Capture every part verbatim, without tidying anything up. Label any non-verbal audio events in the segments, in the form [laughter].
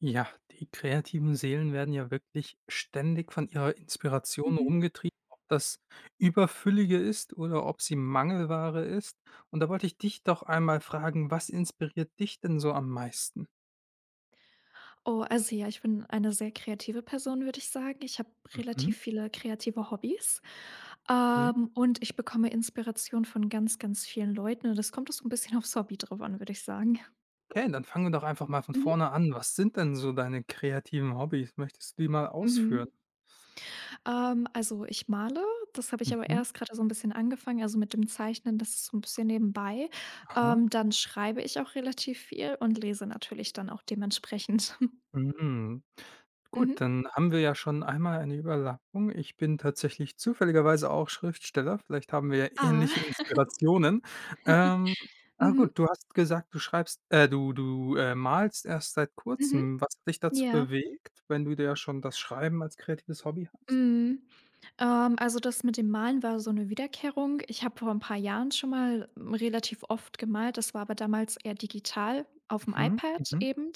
Ja, die kreativen Seelen werden ja wirklich ständig von ihrer Inspiration Mhm. rumgetrieben, ob das überfüllige ist oder ob sie Mangelware ist. Und da wollte ich dich doch einmal fragen, was inspiriert dich denn so am meisten? Oh, also ja, ich bin eine sehr kreative Person, würde ich sagen. Ich habe Mhm. relativ viele kreative Hobbys, Okay. ähm, und ich bekomme Inspiration von ganz, ganz vielen Leuten und das kommt auch so 'n bisschen [laughs] aufs Hobby drauf an, würde ich sagen. Okay, dann fangen wir doch einfach mal von Mhm. vorne an. Was sind denn so deine kreativen Hobbys? Möchtest du die mal Mhm. ausführen? Ähm, also ich male, das habe ich aber Mhm. erst gerade so ein bisschen angefangen, also mit dem Zeichnen, das ist so ein bisschen nebenbei. Aha. Ähm, dann schreibe ich auch relativ viel und lese natürlich dann auch dementsprechend. [laughs] Mhm. Gut, Mhm. dann haben wir ja schon einmal eine Überlappung. Ich bin tatsächlich zufälligerweise auch Schriftsteller. Vielleicht haben wir ja ähnliche Ah. Inspirationen. Ähm, ah Mhm. gut, du hast gesagt, du schreibst äh, du du, äh, malst erst seit Mhm. Mhm. Kurzem. Was hat dich dazu Ja. bewegt, wenn du ja schon das Schreiben als kreatives Hobby hast? Mhm. Ähm, also das mit dem Malen war so eine Wiederkehrung. Ich habe vor ein paar Jahren schon mal ähm, relativ oft gemalt. Das war aber damals eher digital auf dem Mhm, iPad mhm. eben.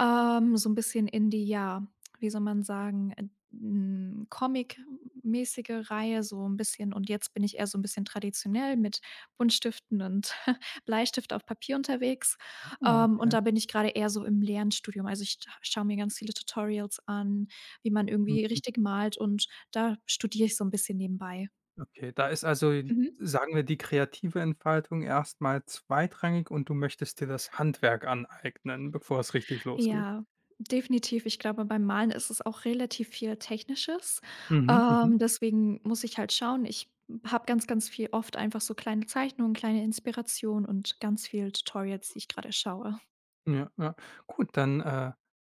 Ähm, so ein bisschen in die ja, wie soll man sagen, äh, hm, Comic-mäßige Reihe, so ein bisschen und jetzt bin ich eher so ein bisschen traditionell mit Buntstiften und [laughs] Bleistift auf Papier unterwegs. Ah, Ähm, und okay. da bin ich gerade eher so im Lernstudium. Also, ich schaue mir ganz viele Tutorials an, wie man irgendwie Mhm. richtig malt und da studiere ich so ein bisschen nebenbei. Okay, da ist also, die- Mhm. sagen wir, die kreative Entfaltung erst mal zweitrangig und du möchtest dir das Handwerk aneignen, bevor es richtig losgeht. Ja, definitiv. Ich glaube, beim Malen ist es auch relativ viel Technisches. Mhm, mhm. Ähm, deswegen muss ich halt schauen. Ich habe ganz, ganz viel oft einfach so kleine Zeichnungen, kleine Inspirationen und ganz viel Tutorials, die ich gerade schaue. Ja, ja. Gut, dann, äh,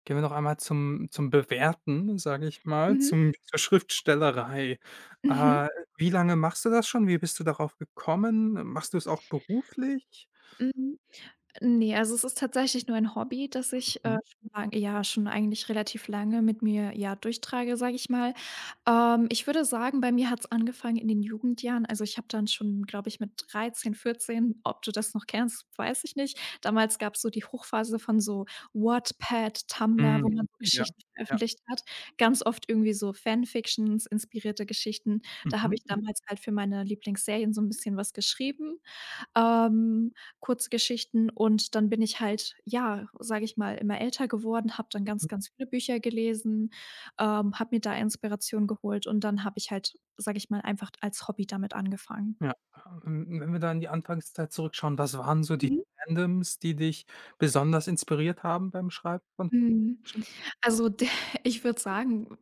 gehen wir noch einmal zum zum Bewerten, sage ich mal, Mhm. [laughs] zum zur Schriftstellerei. Mhm. Äh, wie lange machst du das schon? Wie bist du darauf gekommen? Machst du es auch beruflich? Mhm. Ne, also es ist tatsächlich nur ein Hobby, das ich, äh, Mhm. schon lang ja, schon eigentlich relativ lange mit mir, ja, durchtrage, sage ich mal. Ähm, ich würde sagen, bei mir hat's angefangen in den Jugendjahren. Also, ich habe dann schon, glaube ich, mit dreizehn, vierzehn ob du das noch kennst, weiß ich nicht. Damals gab's so die Hochphase von so Wattpad, Tumblr, Mhm. wo man so Ja, Geschichten ja. veröffentlicht hat. Ganz oft irgendwie so Fanfictions, inspirierte Geschichten. Da habe ich Mhm, damals halt für meine Lieblingsserien so ein bisschen was geschrieben, ähm, Kurzgeschichten, und dann bin ich halt, ja, sage ich mal, immer älter geworden, habe dann ganz, mhm. ganz viele Bücher gelesen, ähm, habe mir da Inspiration geholt und dann habe ich halt, sage ich mal, einfach als Hobby damit angefangen. Ja, ähm, wenn wir da in die Anfangszeit zurückschauen, was waren so die Mhm. Fandoms, die dich besonders inspiriert haben beim Schreiben von Mhm. Fanfictions? Also, de [laughs] ich würde sagen,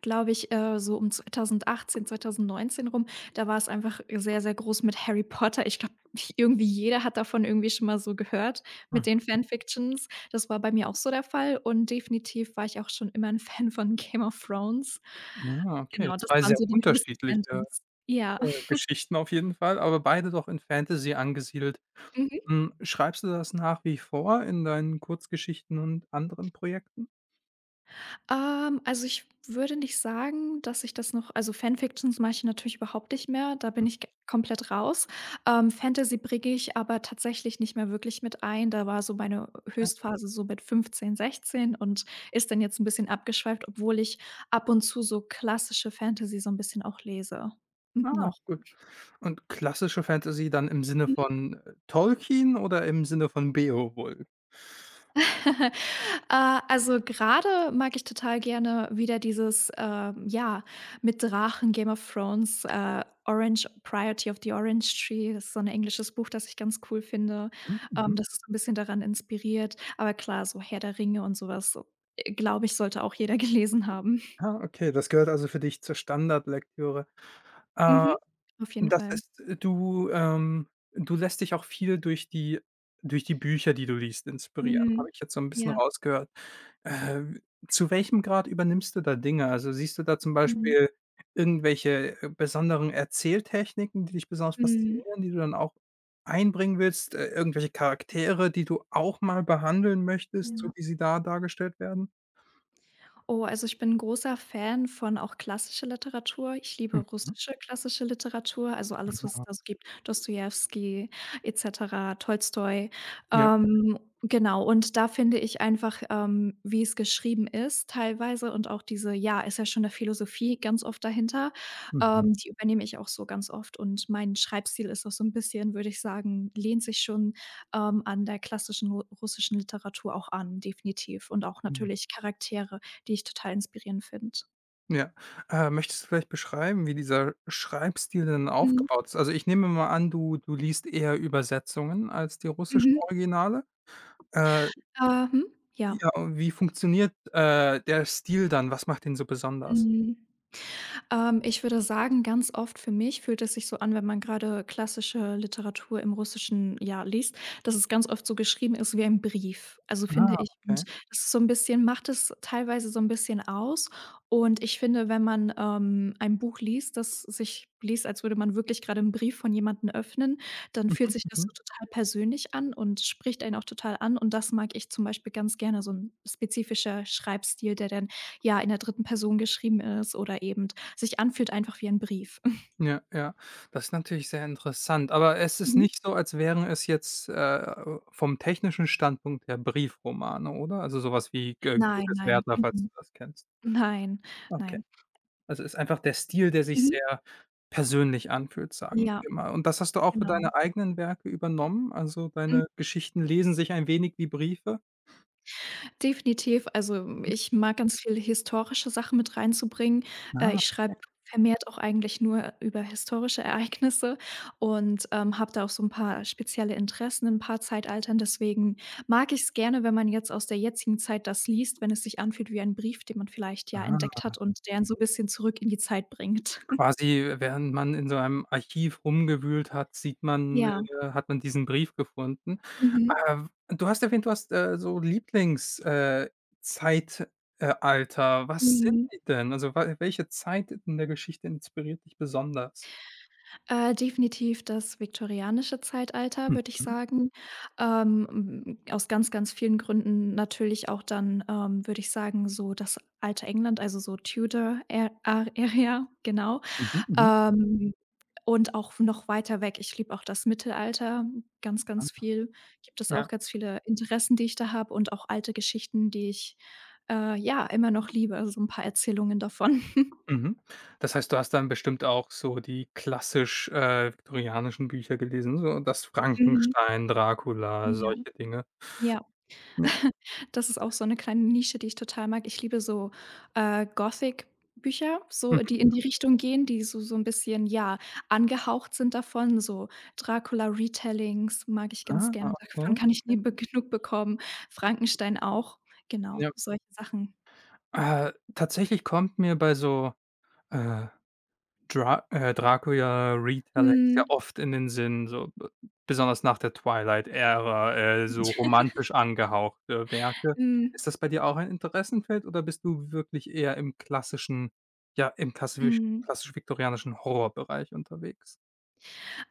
glaube ich, äh, so um zwanzig achtzehn, zwanzig neunzehn rum, da war es einfach sehr, sehr groß mit Harry Potter. Ich glaube, [laughs] irgendwie jeder hat davon irgendwie schon mal so gehört mit Mhm. den Fanfictions. Das war bei mir auch so der Fall und definitiv war ich auch schon immer ein [laughs] Fan von Game of Thrones. Ja, okay, Genau, das zwei waren sehr so die größten unterschiedliche Fandoms. Ja. Äh, Geschichten auf jeden Fall, aber beide doch in Fantasy angesiedelt. [laughs] Hm, schreibst du das nach wie vor in deinen Kurzgeschichten und anderen Projekten? Ähm, also, ich würde nicht sagen, dass ich das noch, also, Fanfictions mache ich natürlich überhaupt nicht mehr, da bin ich g komplett raus. Ähm, Fantasy bringe ich aber tatsächlich nicht mehr wirklich mit ein. Da war so meine Okay. Höchstphase so mit fünfzehn, sechzehn und ist dann jetzt ein bisschen abgeschweift, obwohl ich ab und zu so klassische Fantasy so ein bisschen auch lese. Mhm, Ah, noch. gut. Und klassische Fantasy dann im Sinne von, äh, Tolkien oder im Sinne von Beowulf? [laughs] Äh, also, gerade mag ich total gerne wieder dieses, ähm, ja, mit Drachen Game of Thrones, äh, Orange „Priority of the Orange Tree", das ist so ein englisches Buch, das ich ganz cool finde. Mhm, Ähm, mhm. das ist so ein bisschen daran inspiriert. Aber klar, so Herr der Ringe und sowas, so, äh, glaube ich, sollte auch jeder [laughs] gelesen haben. Ah, okay, das gehört also für dich zur Standardlektüre. Äh Mhm. Auf jeden Das Fall. heißt, äh, du, ähm du lässt dich auch viel durch die durch die Bücher, die du liest, inspirieren, Mhm. habe ich jetzt so ein bisschen Ja. rausgehört. Äh, zu welchem Grad übernimmst du da Dinge? Also, siehst du da zum Mhm. Beispiel irgendwelche, äh, besonderen Erzähltechniken, die dich besonders Mhm. faszinieren, die du dann auch einbringen willst? Äh, irgendwelche Charaktere, die du auch mal behandeln möchtest, so Ja. wie sie da dargestellt werden? Oh, also ich bin 'n großer Fan von auch klassischer Literatur. Ich liebe Mhm, russische klassische Literatur, also alles, was es mhm. da so gibt, Dostojewski et cetera, Tolstoi. Ja. Ähm, genau, und da finde ich einfach, ähm, wie es geschrieben ist teilweise und auch diese, ja, ist ja schon 'ne Philosophie ganz oft dahinter, Mhm. ähm, die übernehme ich auch so ganz oft und mein Schreibstil ist auch so 'n bisschen, würde ich sagen, lehnt sich schon, ähm, an der klassischen ru russischen Literatur auch an, definitiv, und auch natürlich Charaktere, die ich total inspirierend finde. Ja. Äh, möchtest du vielleicht beschreiben, wie dieser Schreibstil denn Mhm. aufgebaut ist? Also, ich nehme mal an, du du liest eher Übersetzungen als die russischen Mhm. Originale. Äh, Ähm, ja. ja, und wie funktioniert, äh, der Stil dann? Was macht ihn so besonders? Mhm. Ähm, ich würde sagen, ganz oft für mich fühlt es sich so an, wenn man gerade klassische Literatur im Russischen, ja, liest, dass es ganz oft so geschrieben ist wie ein Brief. Also, Ah, finde ich, und okay. das ist so ein bisschen, macht es teilweise so ein bisschen aus, und ich finde, wenn man, ähm, ein Buch liest, das sich liest, als würde man wirklich gerade einen Brief von jemandem öffnen, dann fühlt Mhm, sich das mhm. so total persönlich an und spricht einen auch total an, und das mag ich zum Beispiel ganz gerne, so ein spezifischer Schreibstil, der dann, ja, in der dritten Person geschrieben ist oder eben sich anfühlt einfach wie ein Brief. Ja, ja. Das ist natürlich sehr interessant, aber es ist Mhm. nicht so, als wären es jetzt, äh, vom technischen Standpunkt her Briefromane, oder? Also, sowas wie G Nein, Goethes nein, Werther, falls du mhm. das kennst. Nein, Okay. nein. Also, ist einfach der Stil, der sich Mhm. sehr persönlich anfühlt, sagen Ja, wir mal. Und das hast du auch für genau. deine eigenen Werke übernommen? Also, Mhm. deine Geschichten lesen sich ein wenig wie Briefe? Definitiv. Also, Mhm. ich mag ganz viele historische Sachen mit reinzubringen. Äh, Ah, ich okay. schreibe vermehrt auch eigentlich nur über historische Ereignisse und, ähm, habe da auch so 'n paar spezielle Interessen in 'n paar Zeitaltern. Deswegen mag ich's gerne, wenn man jetzt aus der jetzigen Zeit das liest, wenn es sich anfühlt wie ein Brief, den man vielleicht, ja, Ah, entdeckt hat und der einen so 'n bisschen zurück in die Zeit bringt. quasi, während man in so einem Archiv rumgewühlt hat, sieht man Ja. äh, hat man diesen Brief gefunden. Mhm. Äh, du hast erwähnt, du hast, äh, so Lieblings äh, Zeit äh, Alter. Was sind Mhm. die denn? Also, wa welche Zeit in der Geschichte inspiriert dich besonders? Äh, definitiv das viktorianische Zeitalter, Mhm, würde ich sagen. Ähm, m aus ganz, ganz vielen Gründen, natürlich auch dann, ähm, würde ich sagen, so das alte England, also so Tudor Area, genau. mhm, mhm. Ähm, und auch noch weiter weg. Ich liebe auch das Mittelalter ganz, ganz Ah, viel. Gibt es auch ja. ganz viele Interessen, die ich da habe, und auch alte Geschichten, die ich, äh, ja, immer noch liebe, also so 'n paar Erzählungen davon. [laughs] Mhm. Das heißt, du hast dann bestimmt auch so die klassisch, äh, viktorianischen Bücher gelesen, so das Mhm. Frankenstein, Dracula, Ja, solche Dinge. ja. Ja. Das ist auch so eine kleine Nische, die ich total mag. Ich liebe so, äh, Gothic-Bücher, so Mhm. die in die Richtung gehen, die so so ein bisschen, ja, angehaucht sind davon, so Dracula-Retellings mag ich ganz Ah, gerne. Davon okay. kann ich nie be genug bekommen. Frankenstein auch, genau, Ja. solche Sachen. Äh, tatsächlich kommt mir bei so, äh Dra äh, Dracula Reed ja Mhm. oft in den Sinn, so b besonders nach der Twilight-Ära, äh, so romantisch angehauchte Werke. Mhm. Ist das bei dir auch ein Interessenfeld oder bist du wirklich eher im klassischen ja, im klassisch Mhm. klassisch-viktorianischen Horrorbereich unterwegs?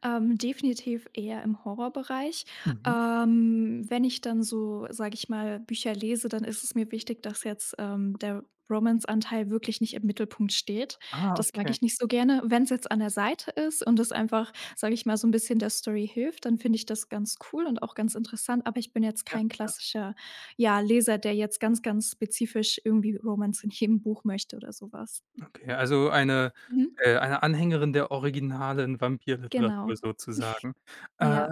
Ähm, definitiv eher im Horrorbereich. Mhm. Ähm, wenn ich dann so, sage ich mal, Bücher lese, dann ist es mir wichtig, dass jetzt, ähm, der Romance-Anteil wirklich nicht im Mittelpunkt steht. Ah, Das mag okay. ich nicht so gerne. Wenn es jetzt an der Seite ist und es einfach, sage ich mal, so ein bisschen der Story hilft, dann finde ich das ganz cool und auch ganz interessant, aber ich bin jetzt Ja, kein klassischer, ja, Leser, der jetzt ganz, ganz spezifisch irgendwie Romance in jedem Buch möchte oder sowas. okay. Also eine Mhm. äh, eine Anhängerin der originalen Vampirliteratur Genau. sozusagen. Äh Ja.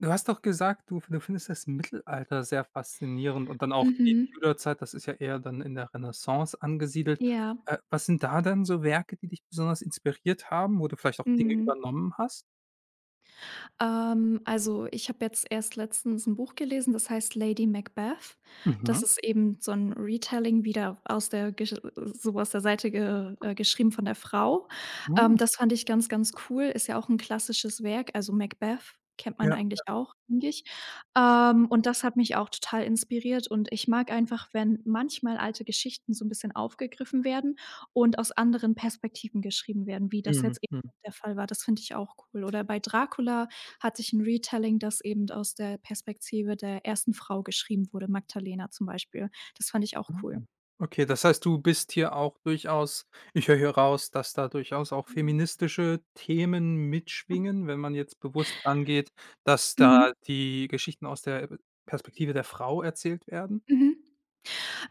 Du hast doch gesagt, du du findest das Mittelalter sehr faszinierend und dann auch die Mhm. Tudor-Zeit, das ist ja eher dann in der Renaissance angesiedelt. Ja. Äh, was sind da dann so Werke, die dich besonders inspiriert haben, wo du vielleicht auch Dinge Mhm. übernommen hast? Ähm, also, ich habe jetzt erst letztens ein Buch gelesen, das heißt „Lady Macbeth". Mhm. Das ist eben so ein Retelling, wieder aus der gesch so aus der Seite ge äh, geschrieben von der Frau. Hm. Ähm, das fand ich ganz, ganz cool. Ist ja auch ein klassisches Werk, also Macbeth kennt man Ja. eigentlich auch, denke ich. Ähm, und das hat mich auch total inspiriert, und ich mag einfach, wenn manchmal alte Geschichten so ein bisschen aufgegriffen werden und aus anderen Perspektiven geschrieben werden, wie das Mhm. jetzt eben Mhm. der Fall war. Das finde ich auch cool. Oder bei Dracula hatte ich 'n Retelling, das eben aus der Perspektive der ersten Frau geschrieben wurde, Magdalena zum Beispiel. Das fand ich auch cool. Mhm. Okay, das heißt, du bist hier auch durchaus ich höre hier raus, dass da durchaus auch Mhm. feministische Themen mitschwingen, wenn man jetzt bewusst rangeht, dass da Mhm, die Geschichten aus der, äh, Perspektive der Frau erzählt werden? mhm.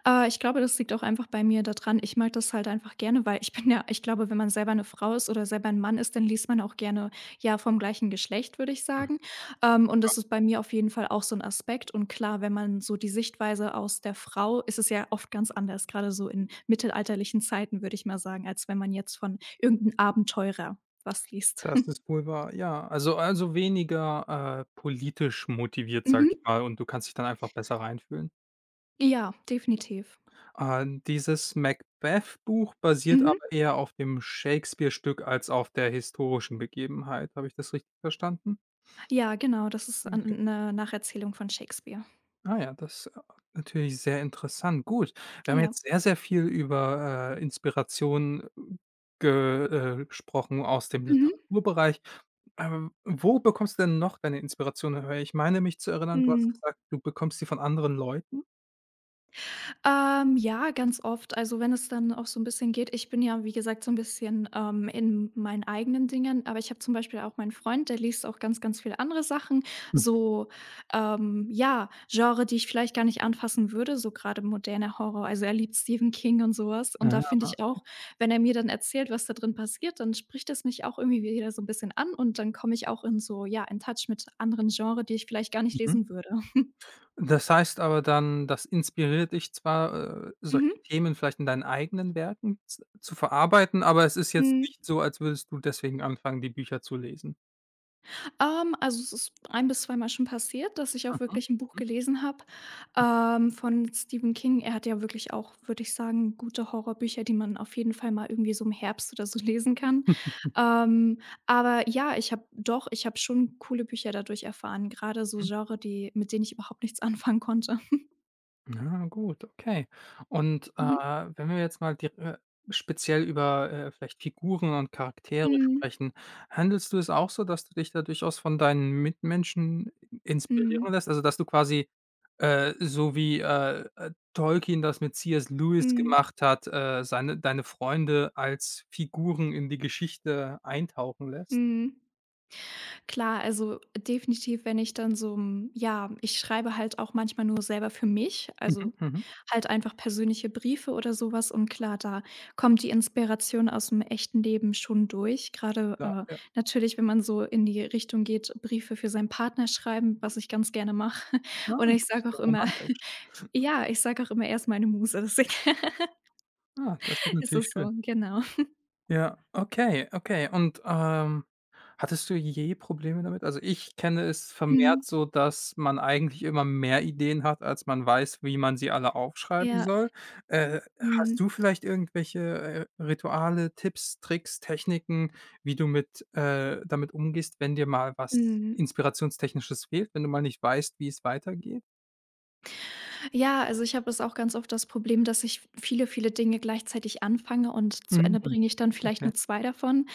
Äh, ich glaube, das liegt auch einfach bei mir daran. Ich mag das halt einfach gerne, weil ich bin ja, ich glaube, wenn man selber eine Frau ist oder selber ein Mann ist, dann liest man auch gerne, ja, vom gleichen Geschlecht, würde ich sagen. Ähm, und das ist bei mir auf jeden Fall auch so ein Aspekt. Und klar, wenn man so die Sichtweise aus der Frau ist, es ja oft ganz anders, gerade so in mittelalterlichen Zeiten, würde ich mal sagen, als wenn man jetzt von irgendeinem Abenteurer was liest. Das ist [laughs] wohl wahr. Ja, also also weniger, äh, politisch motiviert, sag Mhm. ich mal, und du kannst dich dann einfach besser reinfühlen. Ja, definitiv. Äh, dieses Macbeth-Buch basiert Mhm. aber eher auf dem Shakespeare-Stück als auf der historischen Begebenheit. Habe ich das richtig verstanden? Ja, genau, das ist Ja. eine Nacherzählung von Shakespeare. Ah ja, das ist, äh, natürlich sehr interessant. Gut, wir haben Ja. jetzt sehr, sehr viel über, äh, Inspiration ge äh, gesprochen aus dem Mhm. Literaturbereich. Ähm, wo bekommst du denn noch deine Inspiration her? Ich meine mich zu erinnern, du hast Mhm. gesagt, du bekommst sie von anderen Leuten? Ähm, ja, ganz oft. Also, wenn es dann auch so ein bisschen geht, ich bin ja, wie gesagt, so ein bisschen, ähm, in meinen eigenen Dingen, aber ich habe zum Beispiel auch meinen Freund, der liest auch ganz, ganz viele andere Sachen, Hm, so, ähm, ja, Genre, die ich vielleicht gar nicht anfassen würde, so gerade moderne Horror. Also, er liebt Stephen King und sowas. Und ja, da finde Ja. ich auch, wenn er mir dann erzählt, was da drin passiert, dann spricht es mich auch irgendwie wieder so ein bisschen an, und dann komme ich auch in so, ja, in Touch mit anderen Genres, die ich vielleicht gar nicht Mhm. lesen würde. Das heißt aber dann, das inspiriert dich zwar, äh, solche Themen vielleicht in deinen eigenen Werken z zu verarbeiten, aber es ist [laughs] jetzt Mhm. nicht so, als würdest du deswegen anfangen, die Bücher zu lesen. Ähm, also es ist ein bis zweimal schon passiert, dass ich auch Mhm, wirklich ein Buch gelesen habe, ähm, von Stephen King. Er hat ja wirklich auch, würde ich sagen, gute Horrorbücher, die man auf jeden Fall mal irgendwie so im Herbst oder so [laughs] lesen kann. mhm. [laughs] Ähm, aber ja, ich habe doch, ich habe schon coole Bücher dadurch erfahren, gerade so Genre, die, mit denen ich überhaupt nichts [laughs] anfangen konnte. Na gut, okay. Und, äh, Mhm. wenn wir jetzt mal dir äh, speziell über, äh, vielleicht Figuren und Charaktere Mhm. sprechen, handelst du es auch so, dass du dich da durchaus von deinen Mitmenschen inspirieren Mhm. lässt? Also, dass du quasi, äh, so wie, äh, äh, Tolkien das mit C S. Lewis Mhm. gemacht hat, äh, seine deine Freunde als Figuren in die Geschichte eintauchen lässt? Mhm. Klar, also definitiv, wenn ich dann so 'n, ja, ich schreibe halt auch manchmal nur selber für mich, Mhm, also mhm. halt einfach persönliche Briefe oder sowas. Und klar, da kommt die Inspiration aus dem echten Leben schon durch. Gerade Ja, äh, ja. natürlich, wenn man so in die Richtung geht, Briefe für seinen Partner schreiben, was ich ganz gerne mache. [laughs] Ah, Und ich das sage ist ja auch immer romantisch. [laughs] ja, ich sage auch immer: erst meine Muse", deswegen [laughs] Ah, das ist ist natürlich es schön. so, genau. Ja, okay, okay. Und, ähm, hattest du je Probleme damit? Also, ich kenne es Mhm. vermehrt so, dass man eigentlich immer mehr Ideen hat, als man weiß, wie man sie alle aufschreiben Ja. soll. Äh, hast Mhm. du vielleicht irgendwelche, äh, Rituale, Tipps, Tricks, Techniken, wie du mit äh, damit umgehst, wenn dir mal was Mhm. Inspirationstechnisches fehlt, wenn du mal nicht weißt, wie es weitergeht? Ja, also ich habe das auch ganz oft, das Problem, dass ich viele, viele Dinge gleichzeitig anfange und zu Mhm, Ende bringe ich dann vielleicht okay. nur zwei davon.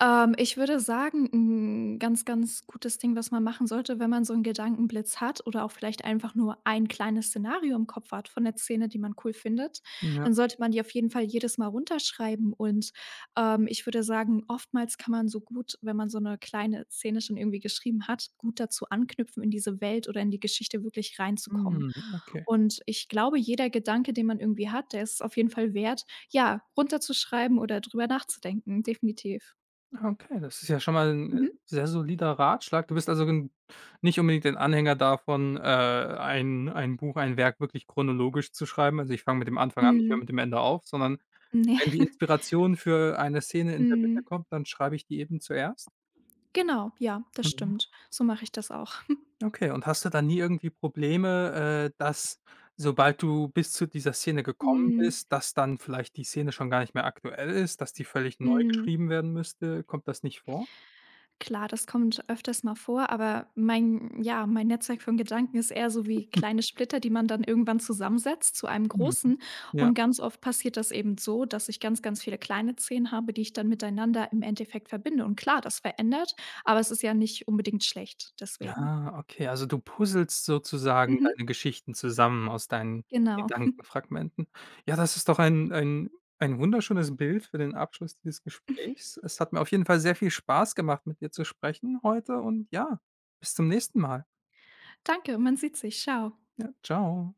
Ähm, ich würde sagen, ein ganz, ganz gutes Ding, was man machen sollte, wenn man so einen Gedankenblitz hat oder auch vielleicht einfach nur ein kleines Szenario im Kopf hat von der Szene, die man cool findet, Ja. dann sollte man die auf jeden Fall jedes Mal runterschreiben und, ähm, ich würde sagen, oftmals kann man so gut, wenn man so eine kleine Szene schon irgendwie geschrieben hat, gut dazu anknüpfen, in diese Welt oder in die Geschichte wirklich reinzukommen. Hm, okay. Und ich glaube, jeder Gedanke, den man irgendwie hat, der ist es auf jeden Fall wert, ja, runterzuschreiben oder drüber nachzudenken, definitiv. Okay, das ist ja schon mal 'n Mhm. sehr solider Ratschlag. Du bist also gen nicht unbedingt ein Anhänger davon, äh, ein ein Buch, ein Werk wirklich chronologisch zu schreiben. Also, ich fange mit dem Anfang an, ich höre mit Mhm. dem Ende auf, sondern Ne. wenn die [laughs] Inspiration für eine Szene in der Mitte Mhm. kommt, dann schreibe ich die eben zuerst? Genau, ja, das Mhm. stimmt. So mache ich das auch. [laughs] Okay, und hast du dann nie irgendwie Probleme, äh, dass sobald du bis zu dieser Szene gekommen Mhm. bist, dass dann vielleicht die Szene schon gar nicht mehr aktuell ist, dass die völlig neu Mhm. geschrieben werden müsste? Kommt das nicht vor? Klar, das kommt öfters mal vor, aber mein, ja, mein Netzwerk von Gedanken ist eher so wie kleine Splitter, die man dann irgendwann zusammensetzt zu einem Mhm. großen. Ja. Und ganz oft passiert das eben so, dass ich ganz, ganz viele kleine zehn habe, die ich dann miteinander im Endeffekt verbinde. Und klar, das verändert, aber es ist ja nicht unbedingt schlecht, deswegen. Ah, okay, also du puzzelst sozusagen Mhm, deine Geschichten zusammen aus deinen genau. Gedankenfragmenten. Ja, das ist doch ein ein ein wunderschönes Bild für den Abschluss dieses Gesprächs. Es hat mir auf jeden Fall sehr viel Spaß gemacht, mit dir zu sprechen heute und ja, bis zum nächsten Mal. Danke, man sieht sich. Ciao. Ja, tschau.